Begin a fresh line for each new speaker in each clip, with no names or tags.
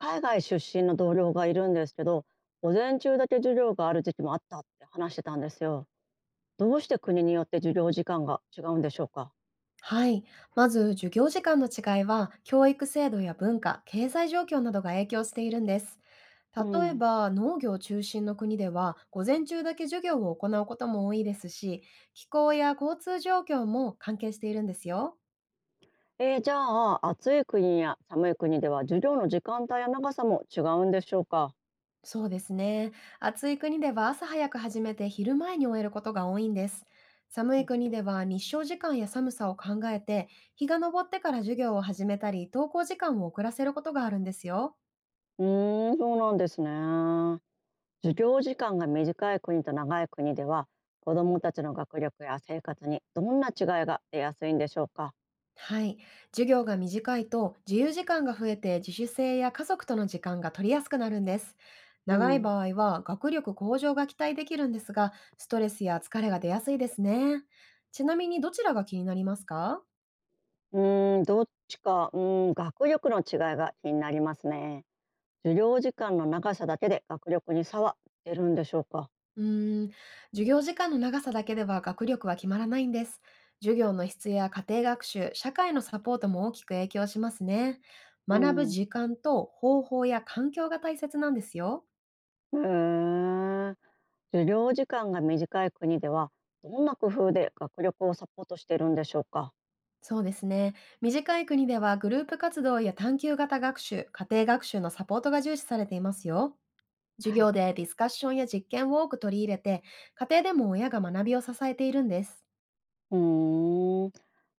海外出身の同僚がいるんですけど、午前中だけ授業がある時期もあったって話してたんですよ。どうして国によって授業時間が違うんでしょうか？
はい。まず、授業時間の違いは、教育制度や文化、経済状況などが影響しているんです。
う
例え
ん。
ば、農業中心の国では、午前中だけ授業を行うことも多いですし、気候や交通状況も関係しているんですよ。
じゃあ暑い国や寒い国では授業の時間帯や長さも違うんでしょうか？
そうですね。暑い国では朝早く始めて昼前に終えることが多いんです。寒い国では日照時間や寒さを考えて、日が昇ってから授業を始めたり、登校時間を遅らせることがあるんですよ。
うーん、そうなんですね。授業時間が短い国と長い国では、子どもたちの学力や生活にどんな違いが出やすいんでしょうか？
はい。授業が短いと自由時間が増えて自主性や家族との時間が取りやすくなるんです。
う
長い
ん。
場合は学力向上が期待できるんですが、ストレスや疲れが出やすいですね。ちなみにどちらが気になりますか？
うーん、どっちか、うーん、学力の違いが気になりますね。授業時間の長さだけで学力に差は出るんでしょうか。
うーん、授業時間の長さだけでは学力は決まらないんです。授業の質や家庭学習、社会のサポートも大きく影響しますね。
う
学ぶ時
ん。
間と方法や環境が大切なんですよ。
へえ。授業時間が短い国では、どんな工夫で学力をサポートしているんでしょうか。
そうですね。短い国ではグループ活動や探究型学習、家庭学習のサポートが重視されていますよ。授
は
業
い。
でディスカッションや実験を多く取り入れて、家庭でも親が学びを支えているんです。
うーん。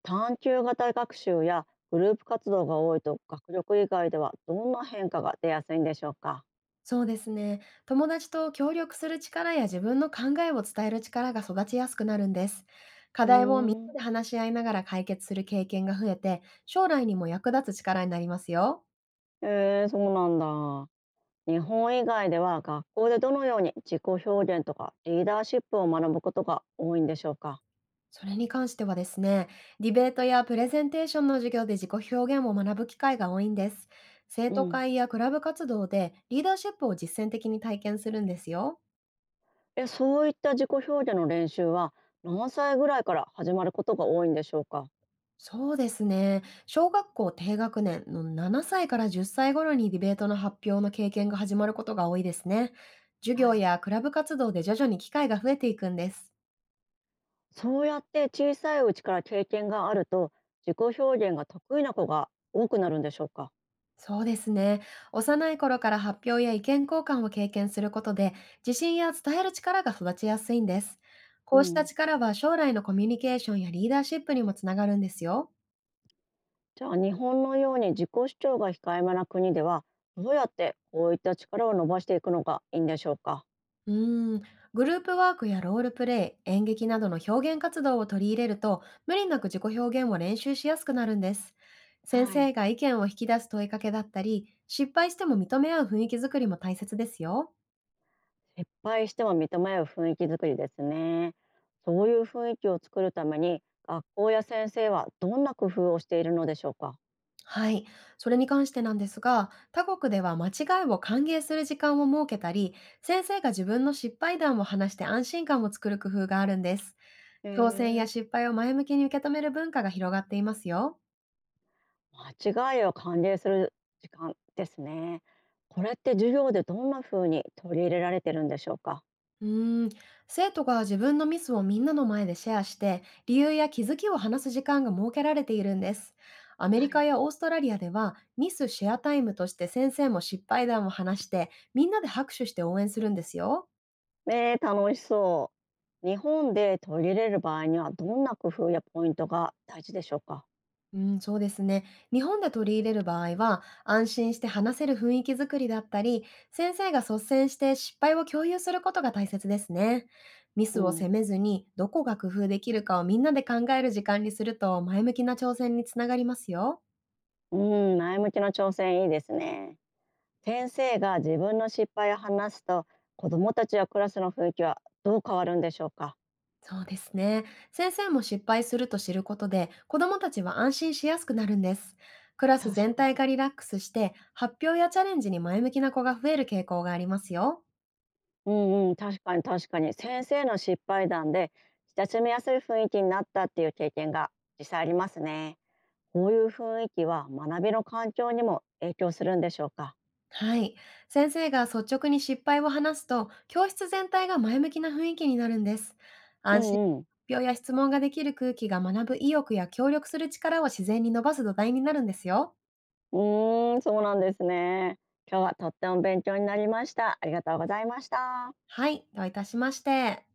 探究型学習やグループ活動が多いと、学力以外ではどんな変化が出やすいんでしょうか。
そうですね。友達と協力する力や自分の考えを伝える力が育ちやすくなるんです。課
う
題をみん
ー
な
ん。
で話し合いながら解決する経験が増えて、将来にも役立つ力になりますよ。
そうなんだ。日本以外では学校でどのように自己表現とかリーダーシップを学ぶことが多いんでしょうか？
それに関してはですね、ディベートやプレゼンテーションの授業で自己表現を学ぶ機会が多いんです。生
う
徒
ん。
会やクラブ活動でリーダーシップを実践的に体験するんですよ。
そういった自己表現の練習は何歳ぐらいから始まることが多いんでしょうか？
そうですね。小学校低学年の7歳から10歳頃にディベートの発表の経験が始まることが多いですね。授業
はい。
やクラブ活動で徐々に機会が増えていくんです。
そうやって小さいうちから経験があると、自己表現が得意な子が多くなるんでしょうか？
そうですね。幼い頃から発表や意見交換を経験することで、自信や伝える力が育ちやすいんです。
う
こうした
ん。
力は将来のコミュニケーションやリーダーシップにもつながるんですよ。
じゃあ日本のように自己主張が控えめな国では、どうやってこういった力を伸ばしていくのがいいんでしょうか？
うーん、グループワークやロールプレイ、演劇などの表現活動を取り入れると、無理なく自己表現を練習しやすくなるんです。先
は
生
い。
が意見を引き出す問いかけだったり、失敗しても認め合う雰囲気づくりも大切ですよ。
撤廃しても認め合う雰囲気づくりですね。そういう雰囲気を作るために学校や先生はどんな工夫をしているのでしょうか？
はい。それに関してなんですが、他国では間違いを歓迎する時間を設けたり、先生が自分の失敗談を話して安心感を作る工夫があるんです。
へ
挑戦や
え。
失敗を前向きに受け止める文化が広がっていますよ。
間違いを歓迎する時間ですね。これって授業でどんな風に取り入れられてるんでしょうか？
うーん、生徒が自分のミスをみんなの前でシェアして、理由や気づきを話す時間が設けられているんです。アメ
は
リカ
い。
やオーストラリアでは、ミスシェアタイムとして先生も失敗談を話して、みんなで拍手して応援するんですよ。
ねえ楽しそう。日本で取り入れる場合にはどんな工夫やポイントが大事でしょうか？
うん、そうですね。日本で取り入れる場合は、安心して話せる雰囲気づくりだったり、先生が率先して失敗を共有することが大切ですね。ミ
う
スを
ん、
責めずに、どこが工夫できるかをみんなで考える時間にすると、前向きな挑戦につながりますよ。
うん、前向きな挑戦いいですね。先生が自分の失敗を話すと、子どもたちやクラスの雰囲気はどう変わるんでしょうか？
そうですね。先生も失敗すると知ることで、子どもたちは安心しやすくなるんです。クラス
確
全
か
体
に。
がリラックスして、発表やチャレンジに前向きな子が増える傾向がありますよ。
うんうん、確かに確かに、先生の失敗談で親しみやすい雰囲気になったっていう経験が実際ありますね。こういう雰囲気は学びの環境にも影響するんでしょうか？
はい。先生が率直に失敗を話すと、教室全体が前向きな雰囲気になるんです。
う
安心、
んうん。
発表や質問ができる空気が学ぶ意欲や協力する力を自然に伸ばす土台になるんですよ。
うーん、そうなんですね。今日はとっても勉強になりました。ありがとうございました。
はい。どういたしまして。